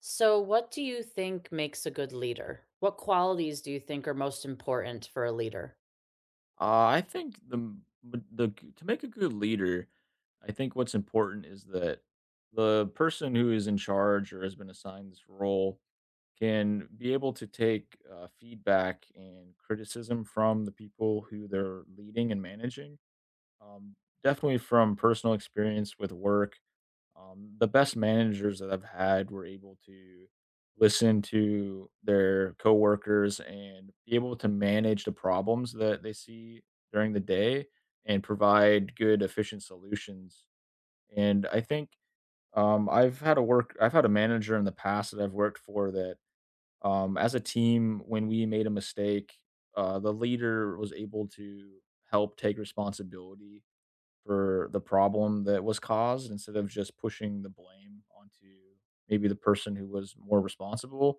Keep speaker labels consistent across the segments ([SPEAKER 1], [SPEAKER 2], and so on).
[SPEAKER 1] So, what do you think makes a good leader? What qualities do you think are most important for a leader?
[SPEAKER 2] I think the m- m- the g- to make a good leader, I think what's important is that the person who is in charge or has been assigned this role can be able to take feedback and criticism from the people who they're leading and managing. Um, definitely from personal experience with work the best managers that I've had were able to listen to their coworkers and be able to manage the problems that they see during the day and provide good, efficient solutions. And I think I've had a manager in the past that I've worked for that as a team, when we made a mistake, the leader was able to help take responsibility for the problem that was caused instead of just pushing the blame onto maybe the person who was more responsible,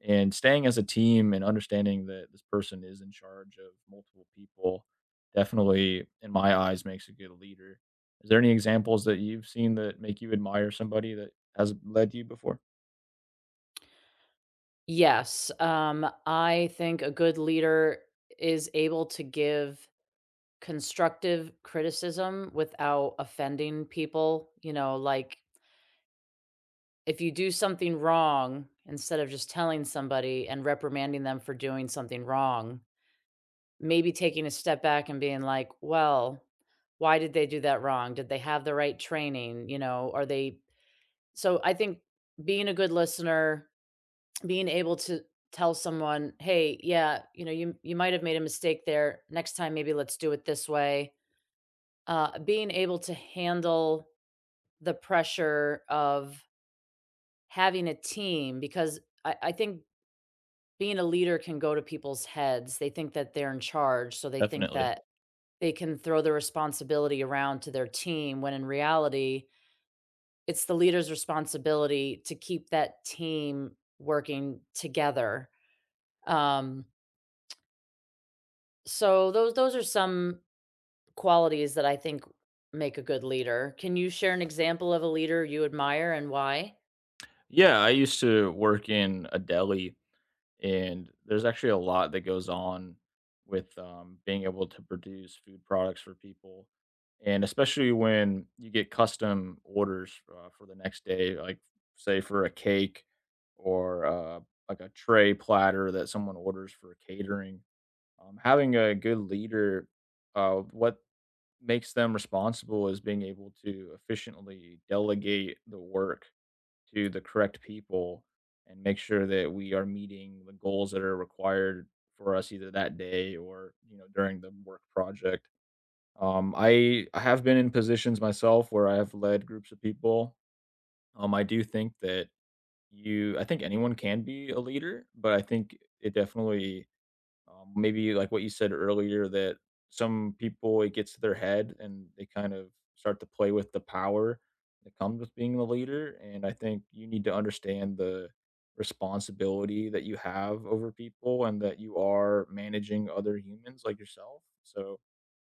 [SPEAKER 2] and staying as a team and understanding that this person is in charge of multiple people definitely in my eyes makes a good leader. Is there any examples that you've seen that make you admire somebody that has led you before?
[SPEAKER 1] Yes, I think a good leader is able to give constructive criticism without offending people. You know, like if you do something wrong, instead of just telling somebody and reprimanding them for doing something wrong, maybe taking a step back and being like, well, why did they do that wrong? Did they have the right training? You know, are they so I think being a good listener, being able to tell someone, "Hey, yeah, you know, you might have made a mistake there. Next time, maybe let's do it this way." Being able to handle the pressure of having a team because I think being a leader can go to people's heads. They think that they're in charge, so they think
[SPEAKER 2] Definitely.
[SPEAKER 1] that they can throw the responsibility around to their team when in reality it's the leader's responsibility to keep that team working together. Um, so those are some qualities that I think make a good leader. Can you share an example of a leader you admire and why?
[SPEAKER 2] Yeah, I used to work in a deli, and there's actually a lot that goes on with being able to produce food products for people, and especially when you get custom orders for the next day, like say for a cake or like a tray platter that someone orders for catering. Having a good leader, what makes them responsible is being able to efficiently delegate the work to the correct people and make sure that we are meeting the goals that are required for us either that day or you know during the work project. I have been in positions myself where I have led groups of people. I do think that you I think anyone can be a leader, but I think it definitely, maybe like what you said earlier, that some people it gets to their head and they kind of start to play with the power that comes with being the leader. And I think you need to understand the responsibility that you have over people and that you are managing other humans like yourself. So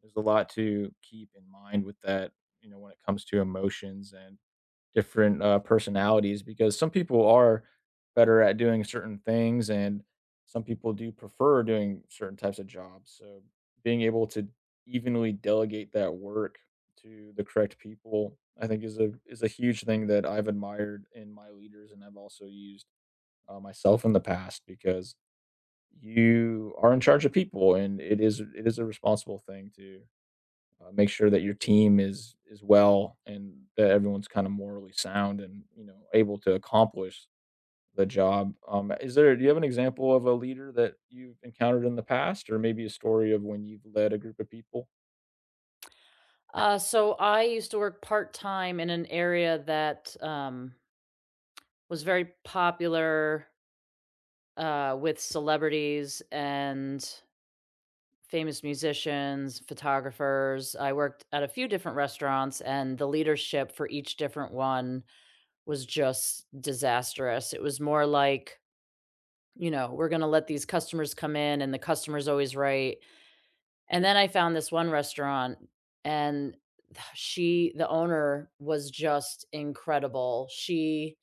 [SPEAKER 2] there's a lot to keep in mind with that, you know, when it comes to emotions and different personalities, because some people are better at doing certain things and some people do prefer doing certain types of jobs. So being able to evenly delegate that work to the correct people, I think, is a huge thing that I've admired in my leaders, and I've also used myself in the past because you are in charge of people, and it is a responsible thing to make sure that your team is well and that everyone's kind of morally sound and you know able to accomplish the job. Is there? Do you have an example of a leader that you've encountered in the past, or maybe a story of when you've led a group of people?
[SPEAKER 1] So I used to work part time in an area that was very popular with celebrities and famous musicians, photographers. I worked at a few different restaurants, and the leadership for each different one was just disastrous. It was more like, you know, we're going to let these customers come in, and the customer's always right. And then I found this one restaurant, and she, the owner, was just incredible. She,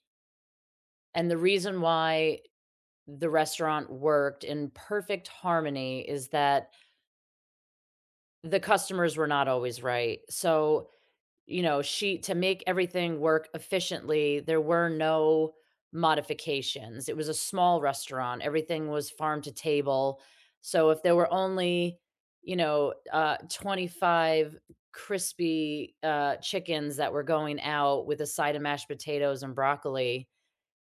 [SPEAKER 1] and the reason why the restaurant worked in perfect harmony is that the customers were not always right. So you know, she to make everything work efficiently, there were no modifications. It was a small restaurant. Everything was farm to table. So if there were only, 25 crispy chickens that were going out with a side of mashed potatoes and broccoli,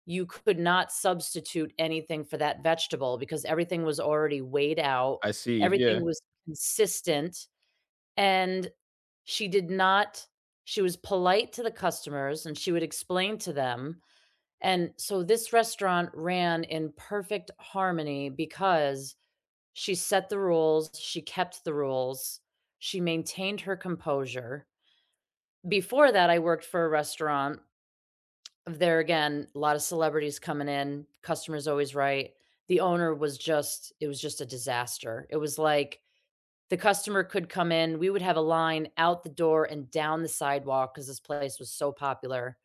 [SPEAKER 1] you could not substitute anything for that vegetable because everything was already weighed out.
[SPEAKER 2] I see.
[SPEAKER 1] Everything
[SPEAKER 2] Yeah.
[SPEAKER 1] was consistent. And she did not she was polite to the customers and she would explain to them. And so this restaurant ran in perfect harmony because she set the rules, she kept the rules, she maintained her composure. Before that, I worked for a restaurant. There again, a lot of celebrities coming in, customers always right. The owner was just, it was just a disaster. It was like the customer could come in, we would have a line out the door and down the sidewalk because this place was so popular,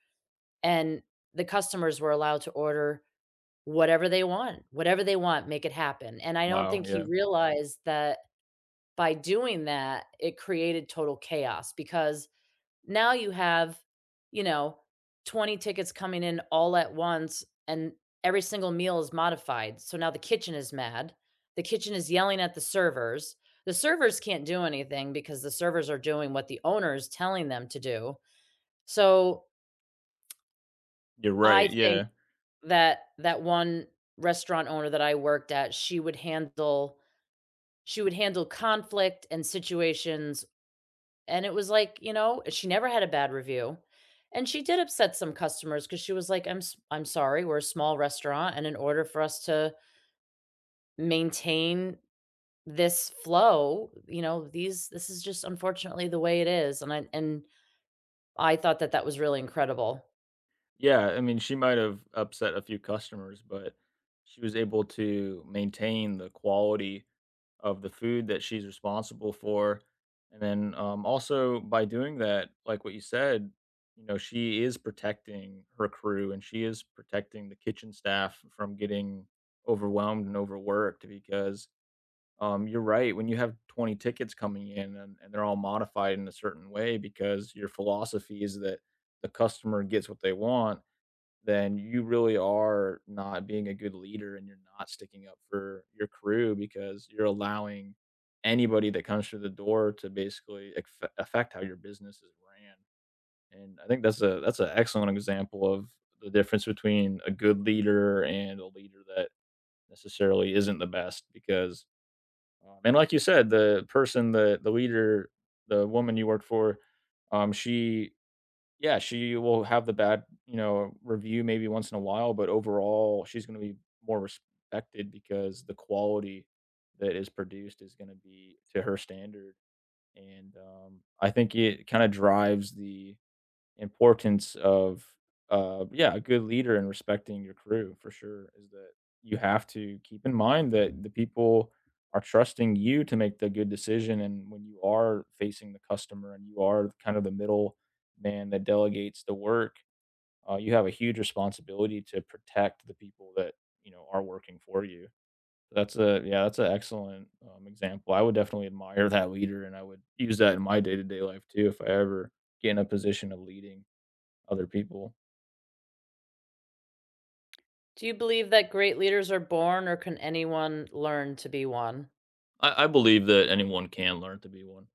[SPEAKER 1] and the customers were allowed to order whatever they want, make it happen, and I don't
[SPEAKER 2] Wow.
[SPEAKER 1] think he
[SPEAKER 2] Yeah.
[SPEAKER 1] realized that by doing that, it created total chaos because now you have, you know, 20 tickets coming in all at once, and every single meal is modified. So now the kitchen is mad. The kitchen is yelling at the servers. The servers can't do anything because the servers are doing what the owner is telling them to do. So
[SPEAKER 2] You're right.
[SPEAKER 1] I think
[SPEAKER 2] Yeah.
[SPEAKER 1] that that one restaurant owner that I worked at, she would handle conflict and situations. And it was like, you know, she never had a bad review. And she did upset some customers because she was like, "I'm I'm sorry, we're a small restaurant, and in order for us to maintain this flow, you know, these this is just unfortunately the way it is." And I thought that that was really incredible.
[SPEAKER 2] Yeah. I mean, she might have upset a few customers, but she was able to maintain the quality of the food that she's responsible for. And then, also by doing that, like what you said, you know, she is protecting her crew and she is protecting the kitchen staff from getting overwhelmed and overworked, because you're right. When you have 20 tickets coming in, and they're all modified in a certain way because your philosophy is that the customer gets what they want, then you really are not being a good leader and you're not sticking up for your crew because you're allowing anybody that comes through the door to basically affect how your business is ran. And I think that's a that's an excellent example of the difference between a good leader and a leader that necessarily isn't the best because, and like you said, the leader, the woman you worked for, she yeah, she will have the bad, you know, review maybe once in a while, but overall, she's gonna be more respected because the quality that is produced is gonna be to her standard, and, I think it kinda drives the importance of, yeah, a good leader and respecting your crew, for sure, is that you have to keep in mind that the people are trusting you to make the good decision. And when you are facing the customer and you are kind of the middle man that delegates the work, you have a huge responsibility to protect the people that you know are working for you. That's a yeah, that's an excellent example. I would definitely admire that leader, and I would use that in my day to day life too if I ever get in a position of leading other people.
[SPEAKER 1] Do you believe that great leaders are born, or can anyone learn to be one?
[SPEAKER 2] I believe that anyone can learn to be one.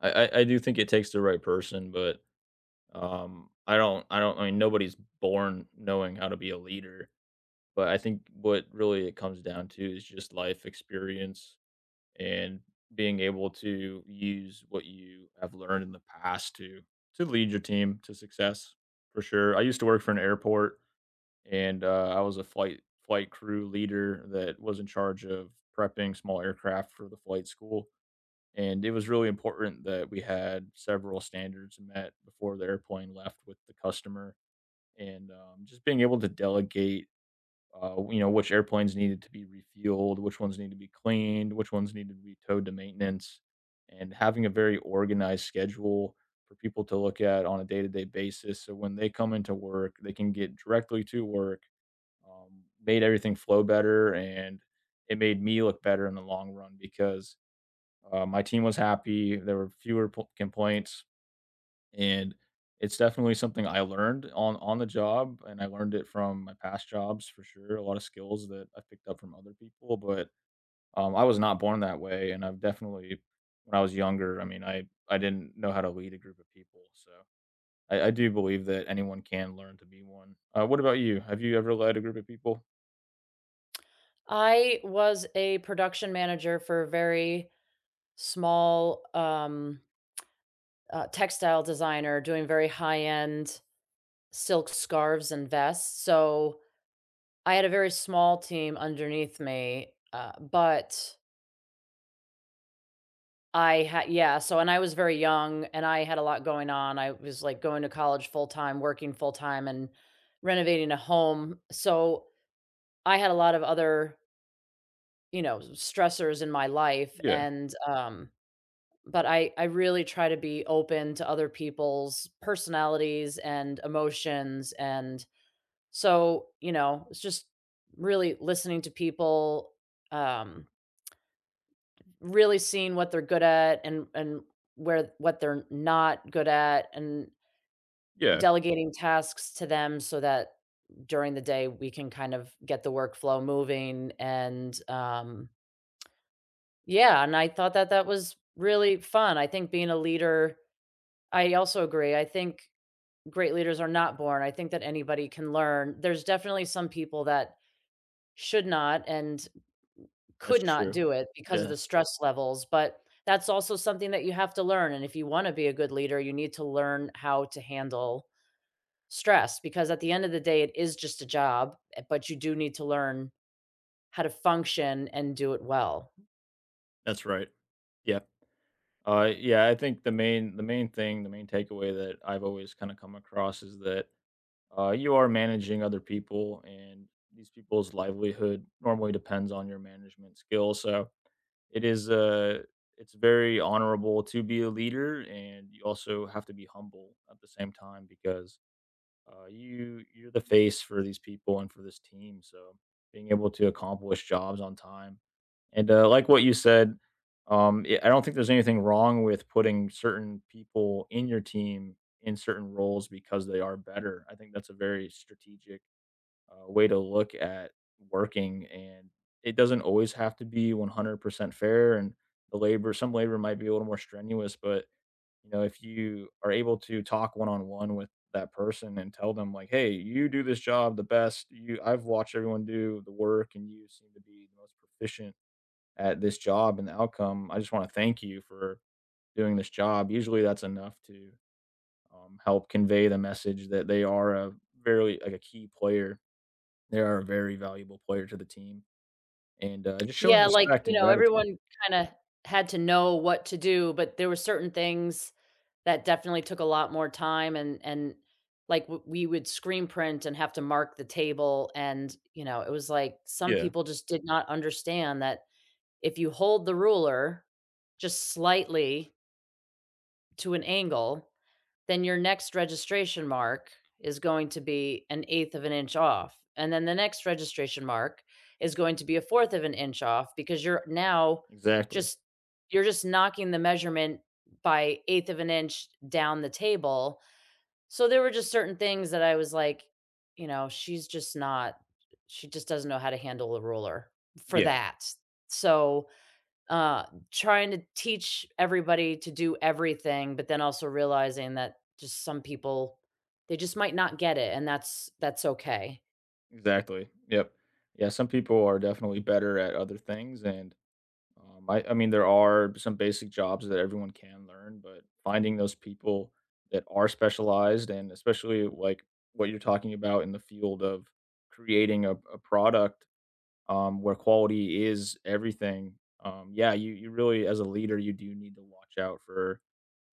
[SPEAKER 2] I do think it takes the right person, but, I don't I don't I mean nobody's born knowing how to be a leader. But I think what really it comes down to is just life experience and being able to use what you have learned in the past to lead your team to success for sure. I used to work for an airport, and I was a flight crew leader that was in charge of prepping small aircraft for the flight school. And it was really important that we had several standards met before the airplane left with the customer, and just being able to delegate, you know, which airplanes needed to be refueled, which ones need to be cleaned, which ones needed to be towed to maintenance, and having a very organized schedule for people to look at on a day-to-day basis. So when they come into work, they can get directly to work. Made everything flow better, and it made me look better in the long run because my team was happy. There were fewer complaints, and it's definitely something I learned on the job, and I learned it from my past jobs for sure. A lot of skills that I picked up from other people, but I was not born that way, and I've definitely, when I was younger, I mean, I didn't know how to lead a group of people, so. I do believe that anyone can learn to be one. What about you? Have you ever led a group of people?
[SPEAKER 1] I was a production manager for a very small textile designer doing very high end silk scarves and vests, so I had a very small team underneath me, but I had yeah, so and I was very young, and I had a lot going on. I was, like, going to college full-time, working full-time, and renovating a home, so I had a lot of other, you know, stressors in my life,
[SPEAKER 2] Yeah,
[SPEAKER 1] and. But I really try to be open to other people's personalities and emotions, and so, you know, it's just really listening to people, um, really seeing what they're good at and where what they're not good at and
[SPEAKER 2] yeah.
[SPEAKER 1] delegating tasks to them so that during the day we can kind of get the workflow moving and. Yeah, and I thought that that was really fun. I think being a leader, I also agree. I think great leaders are not born. I think that anybody can learn. There's definitely some people that should not and
[SPEAKER 2] That's
[SPEAKER 1] could not
[SPEAKER 2] true.
[SPEAKER 1] do it because of
[SPEAKER 2] Yeah,
[SPEAKER 1] the stress levels, but that's also something that you have to learn, and if you wanna be a good leader, you need to learn how to handle stress because at the end of the day, it is just a job, eh, but you do need to learn how to function and do it well.
[SPEAKER 2] that's right. Yeah. Yeah, I think the main takeaway that I've always kind of come across is that, you are managing other people, and these people's livelihood normally depends on your management skill. So it is, it's very honorable to be a leader, and you also have to be humble at the same time because uh, you're the face for these people and for this team. So being able to accomplish jobs on time. And, like what you said, I don't think there's anything wrong with putting certain people in your team in certain roles because they are better. I think that's a very strategic, way to look at working, and it doesn't always have to be 100% fair, and the labor some labor might be a little more strenuous, but, you know, if you are able to talk one-on-one with that person and tell them like, "Hey, you do this job the best. You I've watched everyone do the work, and you seem to be the most proficient at this job and the outcome. I just want to thank you for doing this job." Usually that's enough to help convey the message that they are a very a key player. They are a very valuable player to the team, and just showing
[SPEAKER 1] Yeah, like,
[SPEAKER 2] respect
[SPEAKER 1] you
[SPEAKER 2] and
[SPEAKER 1] know,
[SPEAKER 2] gratitude.
[SPEAKER 1] everyone kinda had to know what to do, but there were certain things that definitely took a lot more time and, like, w we would screen print and have to mark the table, and, you know, it was like some
[SPEAKER 2] Yeah,
[SPEAKER 1] people just did not understand that if you hold the ruler just slightly to an angle, then your next registration mark is going to be an eighth of an inch off. And then the next registration mark is going to be a fourth of an inch off because you're now
[SPEAKER 2] exactly.
[SPEAKER 1] just you're just knocking the measurement by eighth of an inch down the table. So there were just certain things that I was like, you know, she's just not she just doesn't know how to handle a ruler for
[SPEAKER 2] Yeah,
[SPEAKER 1] that. So trying to teach everybody to do everything, but then also realizing that just some people, they just might not get it, and that's okay.
[SPEAKER 2] exactly. Yep. Yeah, some people are definitely better at other things, and I mean, there are some basic jobs that everyone can learn, but finding those people that are specialized, and especially like what you're talking about, in the field of creating a product where quality is everything. Yeah, you really, as a leader, you do need to watch out for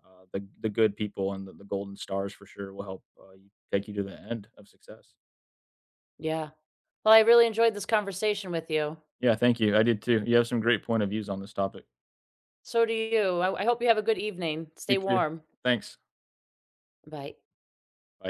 [SPEAKER 2] the good people, and the golden stars for sure will help you take you to the end of success.
[SPEAKER 1] Yeah. Well, I really enjoyed this conversation with you.
[SPEAKER 2] Yeah, thank you. I did too. You have some great point of views on this topic.
[SPEAKER 1] So do you. I hope you have a good evening.
[SPEAKER 2] You
[SPEAKER 1] Stay
[SPEAKER 2] too.
[SPEAKER 1] warm.
[SPEAKER 2] Thanks.
[SPEAKER 1] Bye.
[SPEAKER 2] Bye.